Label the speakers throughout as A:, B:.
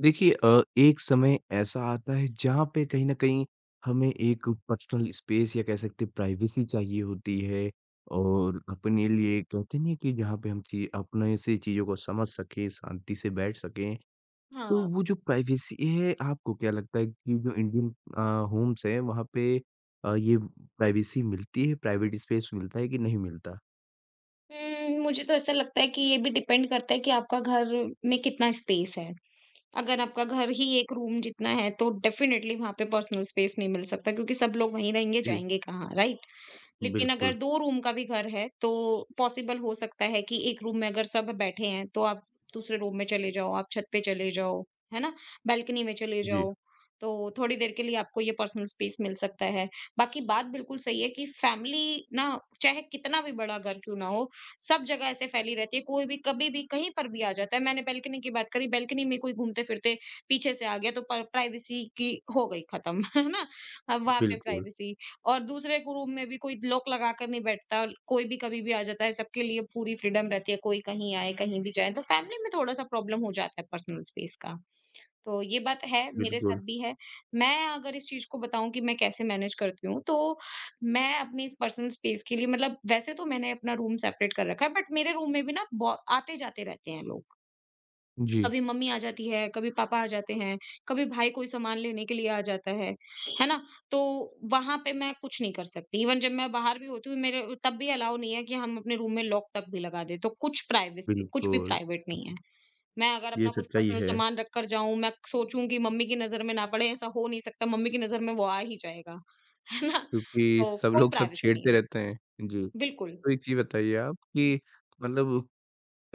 A: देखिए एक समय ऐसा आता है जहाँ पे कहीं न कहीं हमें एक पर्सनल स्पेस या कह सकते हैं प्राइवेसी चाहिए होती है और अपने लिए कहते नहीं है कि जहाँ पे हम ची अपने से चीज़ों को समझ सकें, शांति से बैठ सकें। तो
B: हाँ।
A: वो जो प्राइवेसी है आपको क्या लगता है कि जो इंडियन अ, होम्स हैं वहाँ पे ये प्राइवेसी मिलती है, प्राइवेट स्पेस मिलता है कि नहीं मिलता?
B: मुझे तो ऐसा लगता है कि ये भी डिपेंड करता है कि आपका घर में कितना स्पेस है। अगर आपका घर ही एक रूम जितना है, तो डेफ़िनेटली वहाँ पे पर्सनल स्पेस नहीं मिल सकता क्योंकि सब लोग वहीं रहेंगे,
A: जी,
B: जाएँगे कहाँ, राइट? लेकिन
A: बिल्कुल।
B: अगर 2 रूम का भी घर है, तो पॉसिबल हो सकता है कि एक रूम में अगर सब बैठे हैं, तो आप दूसरे रूम में चले जाओ, आप छत पे चले जाओ, है ना? बालकनी में चले
A: जी,
B: जाओ, तो थोड़ी देर के लिए आपको ये पर्सनल स्पेस मिल सकता है। बाकी बात बिल्कुल सही है कि फैमिली ना चाहे कितना भी बड़ा घर क्यों ना हो, सब जगह ऐसे फैली रहती है, कोई भी कभी भी कहीं पर भी आ जाता है। मैंने बालकनी की बात करी, बालकनी में कोई घूमते-फिरते पीछे से आ गया तो प प्राइवेसी की हो गई खत्म, है ना? अब वहाँ पे
A: बिल्कुल,
B: प्राइवेसी और दूसरे रूम में भी कोई लॉक लगा कर नहीं बैठता, कोई भी कभी भी आ जाता है, सबके लिए पूरी फ्रीडम रहती है, कोई कहीं आए, कहीं भी जाए, तो फैमिली में थोड़ा-सा प्रॉब्लम हो जाता है पर्सनल स्पेस का। तो ये बात है, मेरे साथ
A: बिल्कुल।
B: भी है। मैं अगर इस चीज़ को बताऊँ कि मैं कैसे मैनेज करती हूँ, तो मैं अपनी इस पर्सनल स्पेस के लिए मतलब वैसे तो मैंने अपना रूम सेपरेट कर रखा है, बट मेरे रूम में भी ना बो आते-जाते रहते हैं लोग।
A: जी,
B: कभी मम्मी आ जाती है, कभी पापा आ जाते हैं, कभी भाई कोई सामान लेने के लिए आ जाता है ना? तो वहाँ पे मैं कुछ नहीं कर सकती। इवन जब मैं बाहर भी होती हूँ मेरे तब भी अलाउ नहीं है कि हम अपने रूम में लॉक तक भी लगा दें। तो कुछ प्राइवेसी कुछ भी
A: बिल्कुल।
B: प्राइवेट नहीं
A: जी,
B: है। मैं अगर
A: ये
B: अपना कुछ
A: सच्चाई
B: पर्सनल
A: है।
B: सामान रख कर जाऊँ, मैं सोचूँ कि मम्मी की नज़र में ना पड़े, ऐसा हो नहीं सकता, मम्मी की नज़र में वो आ ही जाएगा, है ना?
A: क्योंकि
B: तो
A: सब
B: कोई
A: लोग सब
B: प्राइवेसी नहीं
A: छेड़ते
B: है।
A: रहते हैं। जी, तो
B: बिल्कुल।
A: एक चीज़ बताइए आप कि मतलब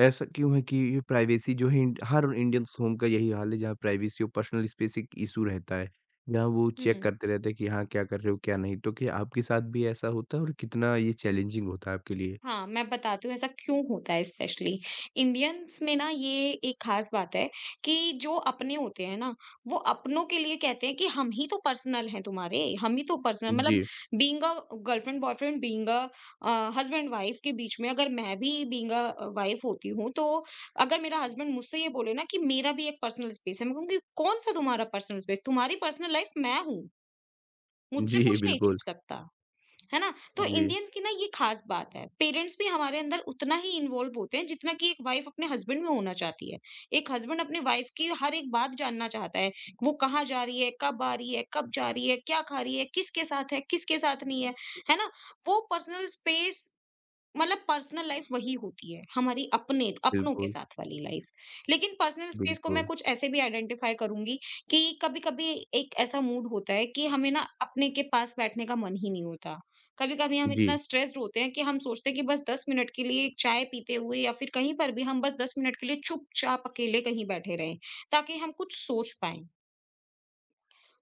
A: ऐसा क्यों है कि ये प्राइवेसी जो है इंड हर इंडियंस होम का यही हाल है जहाँ प्राइवेसी और पर्सनल स्पेस एक इश्यू रहता है। जहाँ वो चेक
B: हुँ।
A: करते रहते हैं कि हाँ, क्या कर रहे हो, क्या नहीं। तो क्या आपके साथ भी ऐसा होता है और कितना ये चैलेंजिंग होता है आपके लिए?
B: हाँ, मैं बताती हूँ ऐसा क्यों होता है स्पेशली। इंडियंस में ना ये एक ख़ास बात है कि जो अपने होते हैं ना, वो अपनों के लिए कहते हैं कि हम ही तो पर्सनल हैं तुम्हारे, हम ही तो पर्सनल मतलब
A: जी।
B: Being a girlfriend boyfriend, being a husband wife के बीच में अगर मैं भी बीइंग अ वाइफ होती हूँ, तो अगर मेरा हस्बैंड मुझसे ये बोले ना कि मेरा भी एक पर्सनल स्पेस है, मैं कहूँगी कौन-सा तुम्हारा पर्सनल स्पेस? तुम्हारी पर्सनल लाइफ़ मैं हूँ, मुझसे
A: जी,
B: कुछ नहीं
A: बिल्कुल।
B: छिप सकता। है ना? तो
A: जी,
B: इंडियंस की ना ये खास बात है। पेरेंट्स भी हमारे अंदर उतना ही इन्वॉल्व होते हैं जितना कि एक वाइफ अपने हस्बैंड में होना चाहती है। एक हस्बैंड अपने वाइफ की हर एक बात जानना चाहता है। वो कहाँ जा रही है, कब आ रही है, कब जा रही है, क्या खा रही है, किसके साथ नहीं है। है ना? वो पर्सनल स्पेस मतलब पर्सनल लाइफ वही होती है, हमारी अपने अपनों के
A: बिल्कुल,
B: साथ वाली लाइफ। लेकिन पर्सनल स्पेस को मैं
A: बिल्कुल।
B: कुछ ऐसे भी आइडेंटिफ़ाई करूँगी कि कभी-कभी एक ऐसा मूड होता है कि हमें ना अपने के पास बैठने का मन ही नहीं होता। कभी-कभी हम
A: जी,
B: इतना स्ट्रेस्ड होते हैं कि हम सोचते हैं कि बस 10 मिनट के लिए एक चाय पीते हुए या फिर कहीं पर भी हम बस 10 मिनट के लिए चुपचाप अकेले कहीं बैठे रहें, ताकि हम कुछ सोच पाएँ।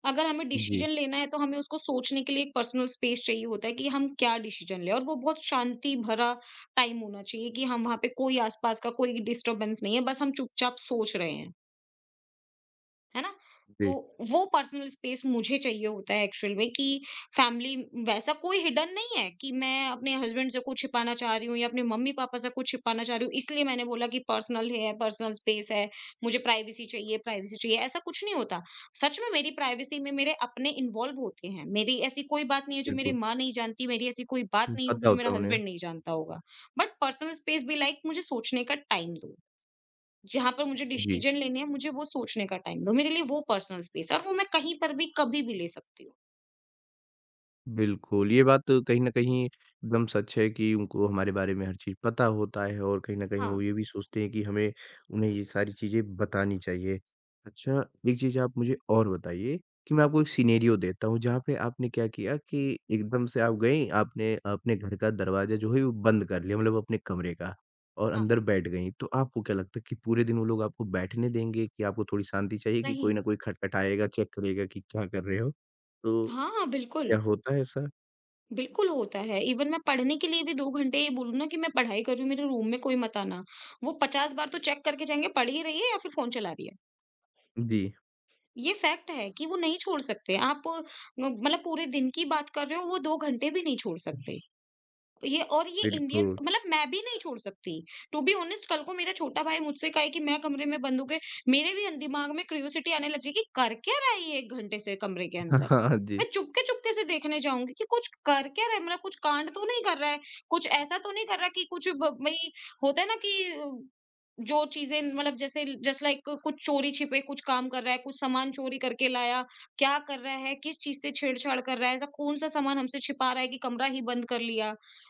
B: अगर हमें
A: जी,
B: डिसीजन लेना है तो हमें उसको सोचने के लिए एक पर्सनल स्पेस चाहिए होता है कि हम क्या डिसीजन लें और वो बहुत शांति भरा टाइम होना चाहिए कि हम वहां पे कोई आसपास का कोई डिस्टरबेंस नहीं है बस हम चुपचाप सोच रहे हैं, है ना? तो
A: जी,
B: वो पर्सनल स्पेस मुझे चाहिए होता है एक्चुअल में कि फैमिली वैसा कोई हिडन नहीं है कि मैं अपने हस्बैंड से कुछ छिपाना चाह रही हूँ या अपने मम्मी पापा से कुछ छिपाना चाह रही हूँ, इसलिए मैंने बोला कि पर्सनल है, पर्सनल स्पेस है, मुझे प्राइवेसी चाहिए, प्राइवेसी चाहिए, ऐसा कुछ नहीं होता। सच में मेरी प्राइवेसी में मेरे अपने इन्वॉल्व होते हैं, मेरी ऐसी कोई बात नहीं है जो मेरी
A: बिल्कुल।
B: माँ नहीं जानती, मेरी ऐसी कोई बात
A: हुँ,
B: नहीं होगी
A: पता
B: जो
A: होता
B: मेरा
A: है उन्हें।
B: हस्बैंड नहीं जानता होगा। बट पर्सनल स्पेस भी लाइक मुझे सोचने का टाइम दो, जहाँ पर मुझे
A: जी।
B: डिसीजन लेने हैं, मुझे वो सोचने का टाइम दो। मेरे लिए वो पर्सनल स्पेस है और वो मैं कहीं पर भी, कभी भी ले सकती हूँ।
A: बिल्कुल, ये बात तो कहीं न कहीं एकदम सच है कि उनको हमारे बारे में हर चीज़ पता होता है और कहीं न कहीं
B: हाँ,
A: वो ये भी सोचते हैं कि हमें उन्हें ये सारी चीज़ें बतानी चाहिए। अच्छा, एक चीज़ आप मुझे और बताइए कि मैं आपको एक सिनेरियो देता हूँ जहाँ पे आपने क्या किया कि एकदम से आप गईं, आपने अपने घर का दरवाज़ा जो है वो बंद कर लिया मतलब अपने कमरे का और
B: हाँ,
A: अंदर बैठ गईं। तो आपको क्या लगता है कि पूरे दिन वो लोग आपको बैठने देंगे कि आपको थोड़ी शांति चाहिए कि कोई न
B: नहीं।
A: कोई खटखटाएगा, चेक करेगा कि क्या कर रहे हो? तो
B: हाँ, बिल्कुल।
A: क्या होता है ऐसा?
B: बिल्कुल होता है। इवन मैं पढ़ने के लिए भी 2 घंटे ये बोलूँ ना कि मैं पढ़ाई कर रही हूँ, मेरे रूम में कोई मत आना। वो 50 बार तो चेक करके जाएँगे, पढ़ ही रही है या फिर फ़ोन चला रही है।
A: जी,
B: ये फैक्ट है कि वो नहीं छोड़ सकते। आप म मतलब पूरे दिन की बात कर रहे हो, वो 2 घंटे भी नहीं छोड़ सकते। ये और ये इंडियंस
A: बिल्कुल।
B: मतलब मैं भी नहीं छोड़ सकती। टू बी ऑनेस्ट कल को मेरा छोटा भाई मुझसे कहे कि मैं कमरे में बंद हो के मेरे भी दिमाग में क्यूरियोसिटी आने लग जाएगी, कर क्या रहा है ये 1 घंटे से कमरे के
A: हाँ,
B: अंदर?
A: हाँ, जी।
B: मैं चुपके-चुपके से देखने जाऊँगी कि कुछ कर क्या रहा है? मतलब कुछ कांड तो नहीं कर रहा है, कुछ ऐसा तो नहीं कर रहा कि कुछ ब भई होता है ना कि जो चीज़ें मतलब जैसे जस्ट लाइक कुछ चोरी छिपे कुछ काम कर रहा है, कुछ सामान चोरी करके लाया, क्या कर रहा है, किस चीज़ से छेड़छाड़ कर रहा है, ऐसा कौन-सा सामान हमसे छिपा रहा है कि कमरा ही बंद कर लिया।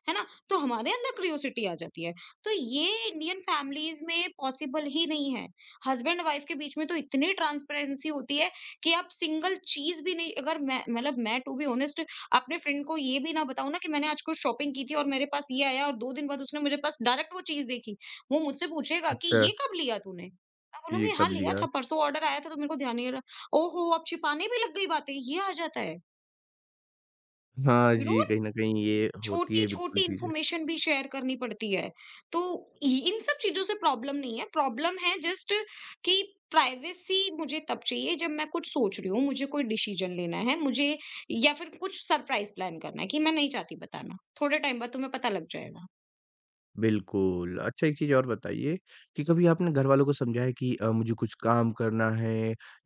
B: है ना? तो हमारे अंदर क्यूरियोसिटी आ जाती है। तो ये इंडियन फैमिलीज़ में पॉसिबल ही नहीं है। हस्बैंड वाइफ के बीच में तो इतनी ट्रांसपेरेंसी होती है कि आप सिंगल चीज़ भी नहीं, अगर मैं मतलब मैं टू बी ऑनेस्ट अपने फ्रेंड को ये भी ना बताऊँ ना कि मैंने आज कुछ शॉपिंग की थी और मेरे पास ये आया और 2 दिन बाद उसने मेरे पास डायरेक्ट वो चीज़ देखी। वो मुझसे पूछेगा कि
A: अच्छा,
B: ये कब लिया तूने? मैं
A: ये
B: बोलूँगी हाँ,
A: कब
B: लिया
A: लिया?
B: था, परसों ऑर्डर आया था तो मेरे को ध्यान नहीं रहा। ओहो! अब छिपाने भी लग गई बातें, ये आ जाता है।
A: हाँ
B: यू नो
A: जी, कहीं न कहीं ये होती है बिल्कुल
B: छोटी-छोटी
A: चीज़ें।
B: इन्फॉर्मेशन भी शेयर करनी पड़ती है। तो इ इन सब चीज़ों से प्रॉब्लम नहीं है, प्रॉब्लम है जस्ट कि प्राइवेसी मुझे तब चाहिए जब मैं कुछ सोच रही हूँ, मुझे कोई डिसीजन लेना है, मुझे या फिर कुछ सरप्राइज़ प्लान करना है कि मैं नहीं चाहती बताना, थोड़े टाइम बाद तुम्हें पता लग जाएगा।
A: बिल्कुल। अच्छा एक चीज़ और बताइए कि कभी आपने घरवालों को समझाया है कि मुझे कुछ काम करना है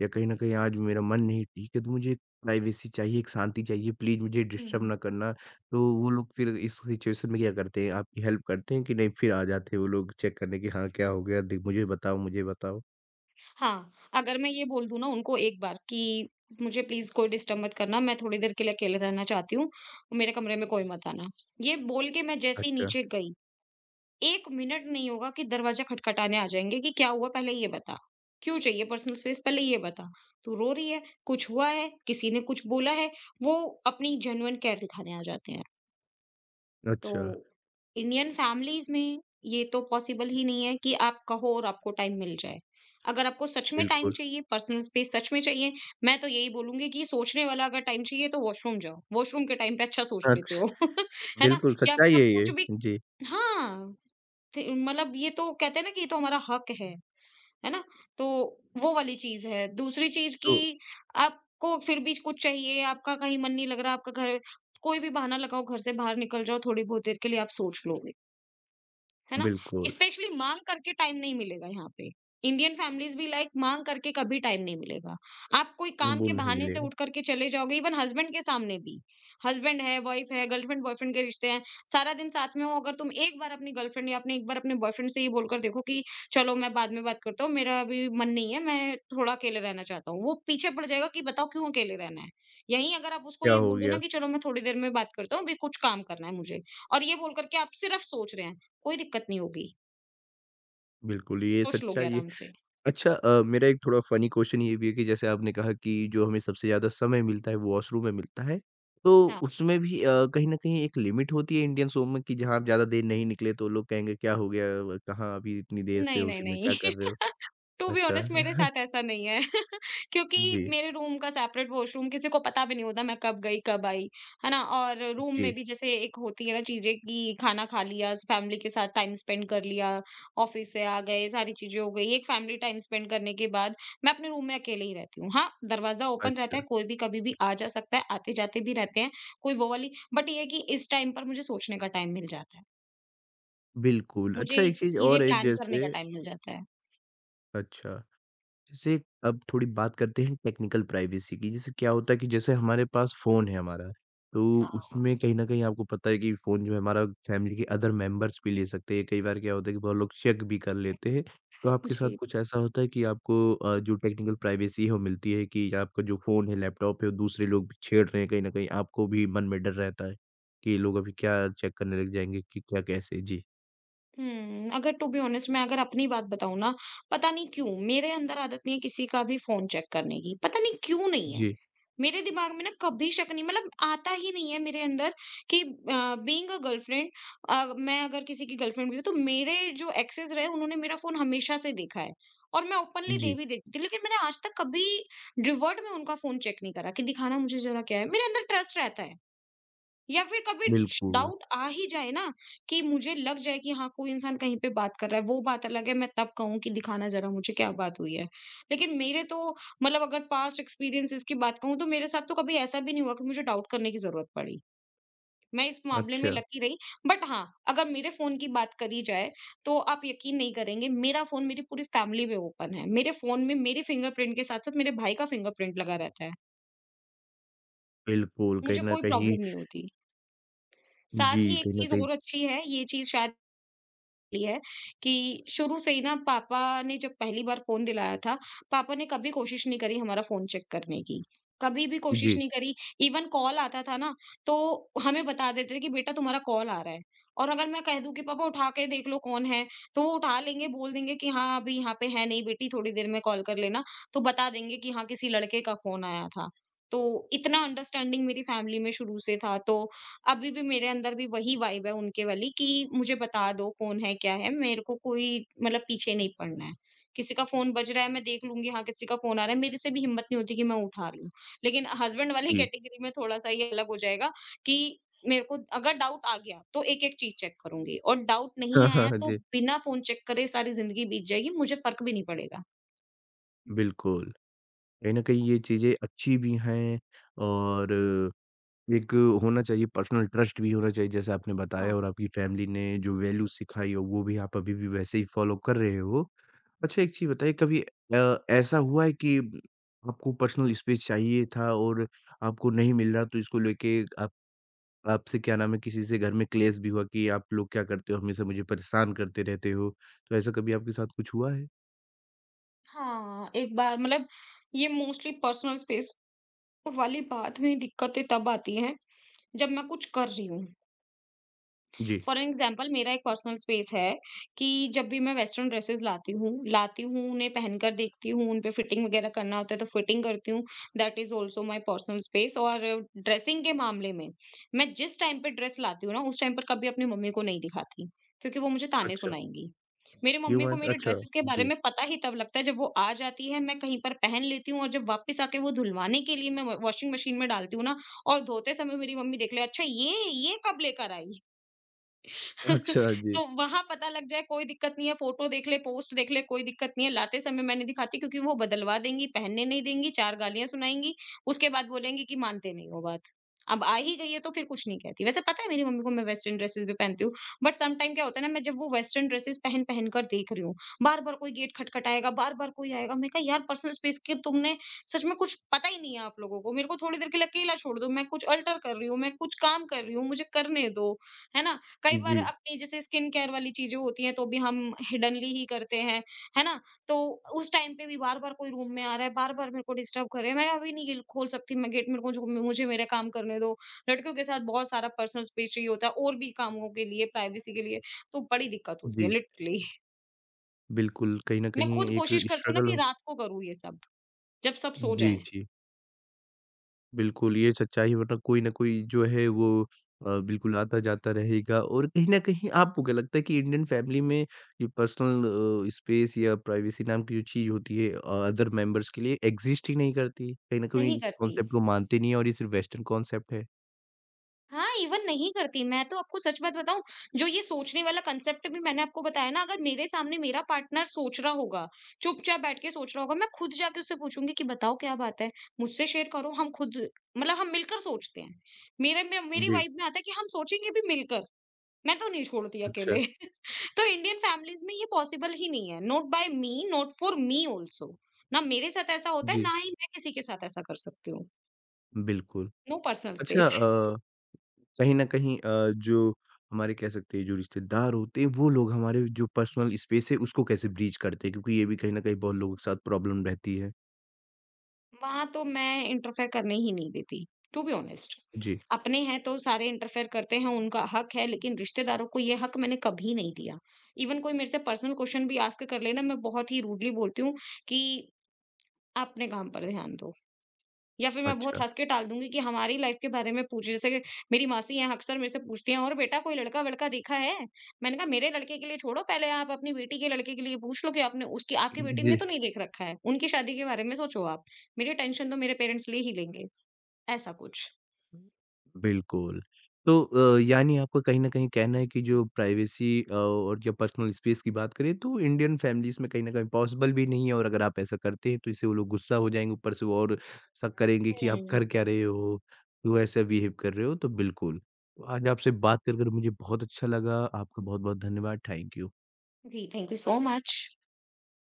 A: या कहीं न कहीं आज मेरा मन नहीं ठीक है, तो मुझे प्राइवेसी चाहिए, एक शांति चाहिए, प्लीज़ मुझे डिस्टर्ब
B: हुँ।
A: ना करना। तो वो लोग फिर इस सिचुएशन में क्या करते हैं? आपकी हेल्प करते हैं कि नहीं फिर आ जाते हैं वो लोग चेक करने कि हाँ, क्या हो गया? दि मुझे बताओ, मुझे बताओ?
B: हाँ, अगर मैं ये बोल दूँ ना उनको एक बार कि मुझे प्लीज़ कोई डिस्टर्ब मत करना, मैं थोड़ी देर के लिए अकेले रहना चाहती हूँ, मेरे कमरे में कोई मत आना। ये बोल के मैं जैसे ही
A: अच्छा,
B: नीचे गई, 1 मिनट नहीं होगा कि दरवाजा खटखटाने आ जाएँगे कि क्या हुआ पहले ये बता? क्यों चाहिए पर्सनल स्पेस पहले ये बता? तू रो रही है, कुछ हुआ है, किसी ने कुछ बोला है, वो अपनी जेन्युइन केयर दिखाने आ जाते हैं। तो
A: अच्छा,
B: इंडियन फैमिलीज़ में ये तो पॉसिबल ही नहीं है कि आप कहो और आपको टाइम मिल जाए। अगर आपको सच में टाइम
A: बिल्कुल।
B: चाहिए, पर्सनल स्पेस सच में चाहिए, मैं तो यही बोलूँगी कि सोचने वाला अगर टाइम चाहिए तो वॉशरूम जाओ। वॉशरूम के टाइम पे अच्छा सोच लेते
A: अच्छ
B: हो। है ना?
A: बिल्कुल,
B: या
A: सच्चाई
B: फिर आप
A: है ये।
B: कुछ भी
A: जी,
B: हाँ। थ मतलब ये तो कहते हैं ना कि ये तो हमारा हक है ना? तो वो वाली चीज़ है। दूसरी चीज़ कि
A: तो
B: आपको फिर भी कुछ चाहिए, आपका कहीं मन नहीं लग रहा, आपका घर कोई भी बहाना लगाओ, घर से बाहर निकल जाओ, थोड़ी बहुत देर के लिए आप सोच लो। है ना?
A: बिल्कुल,
B: स्पेशली माँग करके टाइम नहीं मिलेगा यहाँ पे। इंडियन फैमिलीज़ भी लाइक माँग करके कभी टाइम नहीं मिलेगा। आप कोई काम
A: वो
B: के
A: नहीं
B: बहाने से
A: मिलेगा।
B: उठ कर के चले जाओगे इवन हस्बैंड के सामने भी। हस्बैंड है, वाइफ है, गर्लफ्रेंड बॉयफ्रेंड के रिश्ते हैं। सारा दिन साथ में हो, अगर तुम एक बार अपनी गर्लफ्रेंड या अपने एक बार अपने बॉयफ्रेंड से ये बोलकर देखो कि चलो मैं बाद में बात करता हूँ, मेरा अभी मन नहीं है, मैं थोड़ा अकेले रहना चाहता हूँ। वो पीछे पड़ जाएगा कि बताओ क्यों अकेले रहना है? यहीं अगर आप उसको
A: क्या
B: ये
A: हो
B: बोल दो
A: गया?
B: ना कि चलो मैं थोड़ी देर में बात करता हूँ, अभी कुछ काम करना है मुझे और ये बोल कर के आप सिर्फ सोच रहे हैं। कोई दिक्कत नहीं होगी,
A: बिल्कुल, ये
B: सोच लोगे
A: सच्चाई है।
B: आराम से।
A: अच्छा मेरा एक थोड़ा फ़नी क्वेश्चन ये भी है कि जैसे आपने कहा कि जो हमें सबसे ज़्यादा समय मिलता है, वो वॉशरूम में मिलता है। तो
B: हाँ,
A: उसमें भी कहीं न कहीं एक लिमिट होती है इंडियन शो में कि जहाँ आप ज़्यादा देर नहीं निकले, तो लोग कहेंगे, "क्या हो गया? व कहाँ अभी इतनी देर से
B: नहीं, नहीं,
A: उसी में
B: नहीं।
A: क्या कर रहे हो?"
B: टू बी
A: अच्छा।
B: ऑनेस्ट मेरे साथ ऐसा नहीं है। क्योंकि
A: जी,
B: मेरे रूम का सेपरेट वॉशरूम किसी को पता भी नहीं होता मैं कब गई, कब आई, है ना? और रूम में
A: जी,
B: भी जैसे एक होती है ना चीज़ें कि खाना खा लिया, फैमिली के साथ टाइम स्पेंड कर लिया, ऑफ़िस से आ गए, सारी चीज़ें हो गई। एक फैमिली टाइम स्पेंड करने के बाद मैं अपने रूम में अकेले ही रहती हूँ। हाँ, दरवाज़ा ओपन रहता
A: अच्छा।
B: है, कोई भी कभी भी आ जा सकता है, आते-जाते भी रहते हैं, कोई वो वाली बट ये है कि इस टाइम पर मुझे सोचने का टाइम मिल जाता है।
A: बिल्कुल।
B: मुझे
A: अच्छा, एक चीज़ और
B: चीज़ें
A: है
B: प्लान करने का
A: जैसे
B: टाइम मिल जाता है।
A: अच्छा। जैसे अब थोड़ी बात करते हैं टेक्निकल प्राइवेसी की। जैसे क्या होता है कि
B: जी,
A: जैसे हमारे पास फ़ोन है हमारा, तो
B: हाँ, हाँ।
A: उसमें कहीं न कहीं आपको पता है कि फ़ोन जो है हमारा फैमिली के अदर मेंबर्स भी ले सकते हैं। कई बार क्या होता है कि बहुत लोग चेक भी कर लेते हैं। तो आपके साथ
B: जी।
A: कुछ ऐसा होता है कि आपको जो टेक्निकल प्राइवेसी है वो मिलती है कि आपका जो फ़ोन है, लैपटॉप है, वो दूसरे लोग भी छेड़ रहे हैं कहीं न कहीं आपको भी मन में डर रहता है कि ये लोग अभी क्या चेक करने लग जाएँगे कि क्या कैसे? जी।
B: अगर टू बी ऑनेस्ट मैं अगर अपनी बात बताऊँ ना, पता नहीं क्यों मेरे अंदर आदत नहीं है किसी का भी फ़ोन चेक करने की, पता नहीं क्यों नहीं है।
A: जी,
B: मेरे दिमाग में ना कभी शक नहीं, मतलब आता ही नहीं है मेरे अंदर कि बीइंग अ गर्लफ्रेंड मैं अगर किसी की गर्लफ्रेंड भी हूँ, तो मेरे जो एक्सेस रहे, उन्होंने मेरा फ़ोन हमेशा से देखा है और मैं ओपनली दे
A: जी,
B: भी देती थी। लेकिन मैंने आज तक कभी रिवर्ट में उनका फ़ोन चेक नहीं करा कि दिखाना मुझे ज़रा क्या है, मेरे अंदर ट्रस्ट रहता है। या फिर कभी
A: बिल्कुल।
B: डाउट आ ही जाए ना, कि मुझे लग जाए कि हाँ, कोई इंसान कहीं पे बात कर रहा है, वो बात अलग है, मैं तब कहूँ कि दिखाना जरा मुझे क्या बात हुई है। लेकिन मेरे तो, मतलब, अगर पास्ट एक्सपीरियंसेस की बात कहूँ तो मेरे साथ तो कभी ऐसा भी नहीं हुआ कि मुझे डाउट करने की जरूरत पड़ी। मैं इस मामले में
A: अच्छा,
B: लकी रही। बट हाँ, अगर मेरे फोन की बात करी जाए, तो आप यकीन नहीं करेंगे, मेरा फोन मेरी पूरी फैमिली में ओपन है। मेरे फोन में मेरी फिंगरप्रिंट के साथ साथ मेरे भाई का फिंगरप्रिंट लगा रहता है।
A: बिल्कुल, कहीं
B: मुझे
A: न
B: कोई
A: कहीं
B: प्रॉब्लम नहीं होती।
A: जी,
B: साथ ही एक
A: कहीं न
B: चीज
A: कहीं
B: और अच्छी है, ये चीज शायद लिए है कि शुरू से ही ना, पापा ने जब पहली बार फ़ोन दिलाया था, पापा ने कभी कोशिश नहीं करी हमारा फ़ोन चेक करने की। कभी भी कोशिश
A: जी,
B: नहीं करी। इवन कॉल आता था ना, तो हमें बता देते थे कि बेटा, तुम्हारा कॉल आ रहा है, और अगर मैं कह दूँ कि पापा उठा के देख लो कौन है, तो वो उठा लेंगे, बोल देंगे कि हाँ, अभी यहाँ पे है नहीं बेटी, थोड़ी देर में कॉल कर लेना। तो बता देंगे कि हाँ, किसी लड़के का फ़ोन आया था। तो इतना अंडरस्टैंडिंग मेरी फैमिली में शुरू से था, तो अभी भी मेरे अंदर भी वही वाइब है उनके वाली कि मुझे बता दो कौन है, क्या है, मेरे को कोई मतलब पीछे नहीं पड़ना है। किसी का फ़ोन बज रहा है, मैं देख लूँगी, हाँ, किसी का फ़ोन आ रहा है, मेरे से भी हिम्मत नहीं होती कि मैं उठा लूँ। लेकिन हस्बैंड वाली
A: जी।
B: कैटेगरी में थोड़ा-सा ये अलग हो जाएगा, कि मेरे को अगर डाउट आ गया, तो एक-एक चीज़ चेक करूँगी, और डाउट
A: हाँ,
B: नहीं
A: हाँ,
B: आया
A: हाँ,
B: तो
A: जी,
B: बिना फ़ोन चेक करे सारी ज़िंदगी बीत जाएगी, मुझे फ़र्क भी नहीं पड़ेगा।
A: बिल्कुल। कहीं न कहीं ये चीज़ें अच्छी भी हैं और एक होना चाहिए पर्सनल ट्रस्ट भी होना चाहिए जैसे आपने बताया
B: हाँ।
A: और आपकी फैमिली ने जो वैल्यू सिखाई हो वो भी आप अभी भी वैसे ही फ़ॉलो कर रहे हो। अच्छा एक चीज़ बताइए कभी ऐसा हुआ है कि आपको पर्सनल स्पेस चाहिए था और आपको नहीं मिल रहा तो इसको लेके आप आपसे क्या नाम है किसी से घर में क्लेश भी हुआ कि आप लोग क्या करते हो हमेशा मुझे परेशान करते रहते हो? तो ऐसा कभी आपके साथ कुछ हुआ है?
B: हाँ, एक बार, मतलब, ये मोस्टली पर्सनल स्पेस वाली बात में दिक्कतें तब आती हैं जब मैं कुछ कर रही हूँ।
A: जी।
B: फॉर एग्जांपल, मेरा एक पर्सनल स्पेस है कि जब भी मैं वेस्टर्न ड्रेसेस लाती हूँ, उन्हें पहनकर देखती हूँ, उन पे फिटिंग वगैरह करना होता है तो फिटिंग करती हूँ, that is also my personal space. और ड्रेसिंग के मामले में, मैं जिस टाइम पे ड्रेस लाती हूँ ना, उस टाइम पर कभी अपनी मम्मी को नहीं दिखाती, क्योंकि वो मुझे ताने
A: अच्छा,
B: सुनाएँगी। मेरी मम्मी को
A: ह्यूमन
B: मेरे
A: अच्छा,
B: ड्रेसेस के बारे
A: जी।
B: में पता ही तब लगता है जब वो आ जाती है, मैं कहीं पर पहन लेती हूँ और जब वापस आके वो धुलवाने के लिए मैं व वॉशिंग मशीन में डालती हूँ ना, और धोते समय मेरी मम्मी देख ले, "अच्छा, ये कब लेकर आई?"
A: अच्छा, जी।
B: तो वहाँ पता लग जाए, कोई दिक्कत नहीं है, फोटो देख ले, पोस्ट देख ले, कोई दिक्कत नहीं है। लाते समय मैं नहीं दिखाती, क्योंकि वो बदलवा देंगी, पहनने नहीं देंगी, 4 गालियाँ सुनाएँगी, उसके बाद बोलेंगी कि मानते नहीं हो बात। अब आ ही गई है तो फिर कुछ नहीं कहती। वैसे पता है मेरी मम्मी को, मैं वेस्टर्न ड्रेसेस भी पहनती हूँ, बट सम टाइम क्या होता है ना, मैं जब वो वेस्टर्न ड्रेसेस पहन पहन कर देख रही हूँ, बार-बार कोई गेट खटखटाएगा, बार-बार कोई आएगा। मैंने कहा, यार, पर्सनल स्पेस के तुमने सच में कुछ पता ही नहीं है आप लोगों को। मेरे को थोड़ी देर के लिए अकेला छोड़ दो, मैं कुछ अल्टर कर रही हूँ, मैं कुछ काम कर रही हूँ, मुझे करने दो, है ना? कई बार
A: जी,
B: अपनी जैसे स्किन केयर वाली चीज़ें होती हैं, तो भी हम हिडनली ही करते हैं, है ना? तो उस टाइम पे भी बार-बार कोई रूम में आ रहा है, बार-बार मेरे को डिस्टर्ब कर रहे हैं, मैं अभी नहीं गिल खोल सकती, मैं गेट, मेरे को जो मुझे मेरा काम करने दो। लड़कियों के साथ बहुत सारा पर्सनल स्पेस चाहिए होता है, और भी कामों के लिए, प्राइवेसी के लिए, तो बड़ी दिक्कत होती है
A: जी।
B: लिटरली।
A: बिल्कुल, कहीं न
B: मैं
A: कहीं
B: खुद
A: एक
B: कोशिश करती हूँ ना
A: स्ट्रगल
B: कि
A: होत
B: रात को करूँ ये सब, जब सब सो
A: जी,
B: जाएँ।
A: जी। बिल्कुल, ये सच्चाई है वरना कोई ना कोई जो है वो बिल्कुल आता-जाता रहेगा और कहीं न कहीं आपको क्या लगता है कि इंडियन फैमिली में ये पर्सनल स्पेस या प्राइवेसी नाम की जो चीज़ होती है अदर मेंबर्स के लिए एग्ज़िस्ट ही नहीं करती? कहीं न कहीं
B: नहीं
A: इस
B: करती।
A: कॉन्सेप्ट को मानते नहीं हैं और ये सिर्फ़ वेस्टर्न कॉन्सेप्ट है।
B: हाँ, इवन नहीं करती। मैं तो आपको सच बात बताऊँ, जो ये सोचने वाला कांसेप्ट भी मैंने आपको बताया ना, अगर मेरे सामने मेरा पार्टनर सोच रहा होगा, चुपचाप बैठ के सोच रहा होगा, मैं खुद जाके उससे पूछूँगी कि बताओ क्या बात है? मुझसे शेयर करो, हम खुद, मतलब, हम मिलकर सोचते हैं। मेरे में मेरी
A: जी,
B: वाइब में आता है कि हम सोचेंगे भी मिलकर, मैं तो नहीं छोड़ती
A: अच्छा।
B: अकेले। तो इंडियन फैमिलीज़ में ये पॉसिबल ही नहीं है। Not by me, not for me also. ना मेरे साथ ऐसा होता है,
A: जी,
B: ना ही मैं किसी के साथ ऐसा कर सकती हूँ।
A: बिल्कुल।
B: नो पर्सनल
A: अच्छा
B: स्पेस।
A: अ कहीं न कहीं जो हमारे कह सकते हैं जो रिश्तेदार होते हैं वो लोग हमारे जो पर्सनल स्पेस है उसको कैसे ब्रीच करते हैं? क्योंकि ये भी कहीं न कहीं बहुत लोगों के साथ प्रॉब्लम रहती है।
B: वहाँ तो मैं इंटरफेयर करने ही नहीं देती, टू बी ऑनेस्ट।
A: जी,
B: अपने हैं तो सारे इंटरफेयर करते हैं, उनका हक है, लेकिन रिश्तेदारों को ये हक मैंने कभी नहीं दिया। इवन कोई मेरे से पर्सनल क्वेश्चन भी आस्क कर ले ना, मैं बहुत ही रूडली बोलती हूँ कि, "आप अपने काम पर ध्यान दो।" या फिर मैं बहुत
A: अच्छा।
B: हँस के टाल दूँगी कि हमारी लाइफ के बारे में पूछे। जैसे कि मेरी मासी हैं, अक्सर मेरे से पूछती हैं, "और बेटा, कोई लड़का-वड़का देखा है?" मैंने कहा, "मेरे लड़के के लिए छोड़ो, पहले आप अपनी बेटी के लड़के के लिए पूछ लो, कि आपने उसकी आपकी बेटी
A: जी।
B: ने तो नहीं देख रखा है। उनकी शादी के बारे में सोचो आप। मेरी टेंशन तो मेरे पेरेंट्स ले ही लेंगे।" ऐसा कुछ।
A: बिल्कुल। तो यानी आपका कहीं न कहीं कहना है कि जो प्राइवेसी और या पर्सनल स्पेस की बात करें तो इंडियन फ़ैमिलीज़ में कहीं न कहीं पॉसिबल भी नहीं है और अगर आप ऐसा करते हैं तो इससे वो लोग गुस्सा हो जाएँगे, ऊपर से वो और शक करेंगे कि आप
B: हुँ।
A: कर क्या रहे हो? क्यों ऐसा बिहेव कर रहे हो? तो बिल्कुल, आज आपसे बात कर मुझे बहुत अच्छा लगा। आपका बहुत-बहुत धन्यवाद। Thank you.
B: जी, थैंक यू सो मच।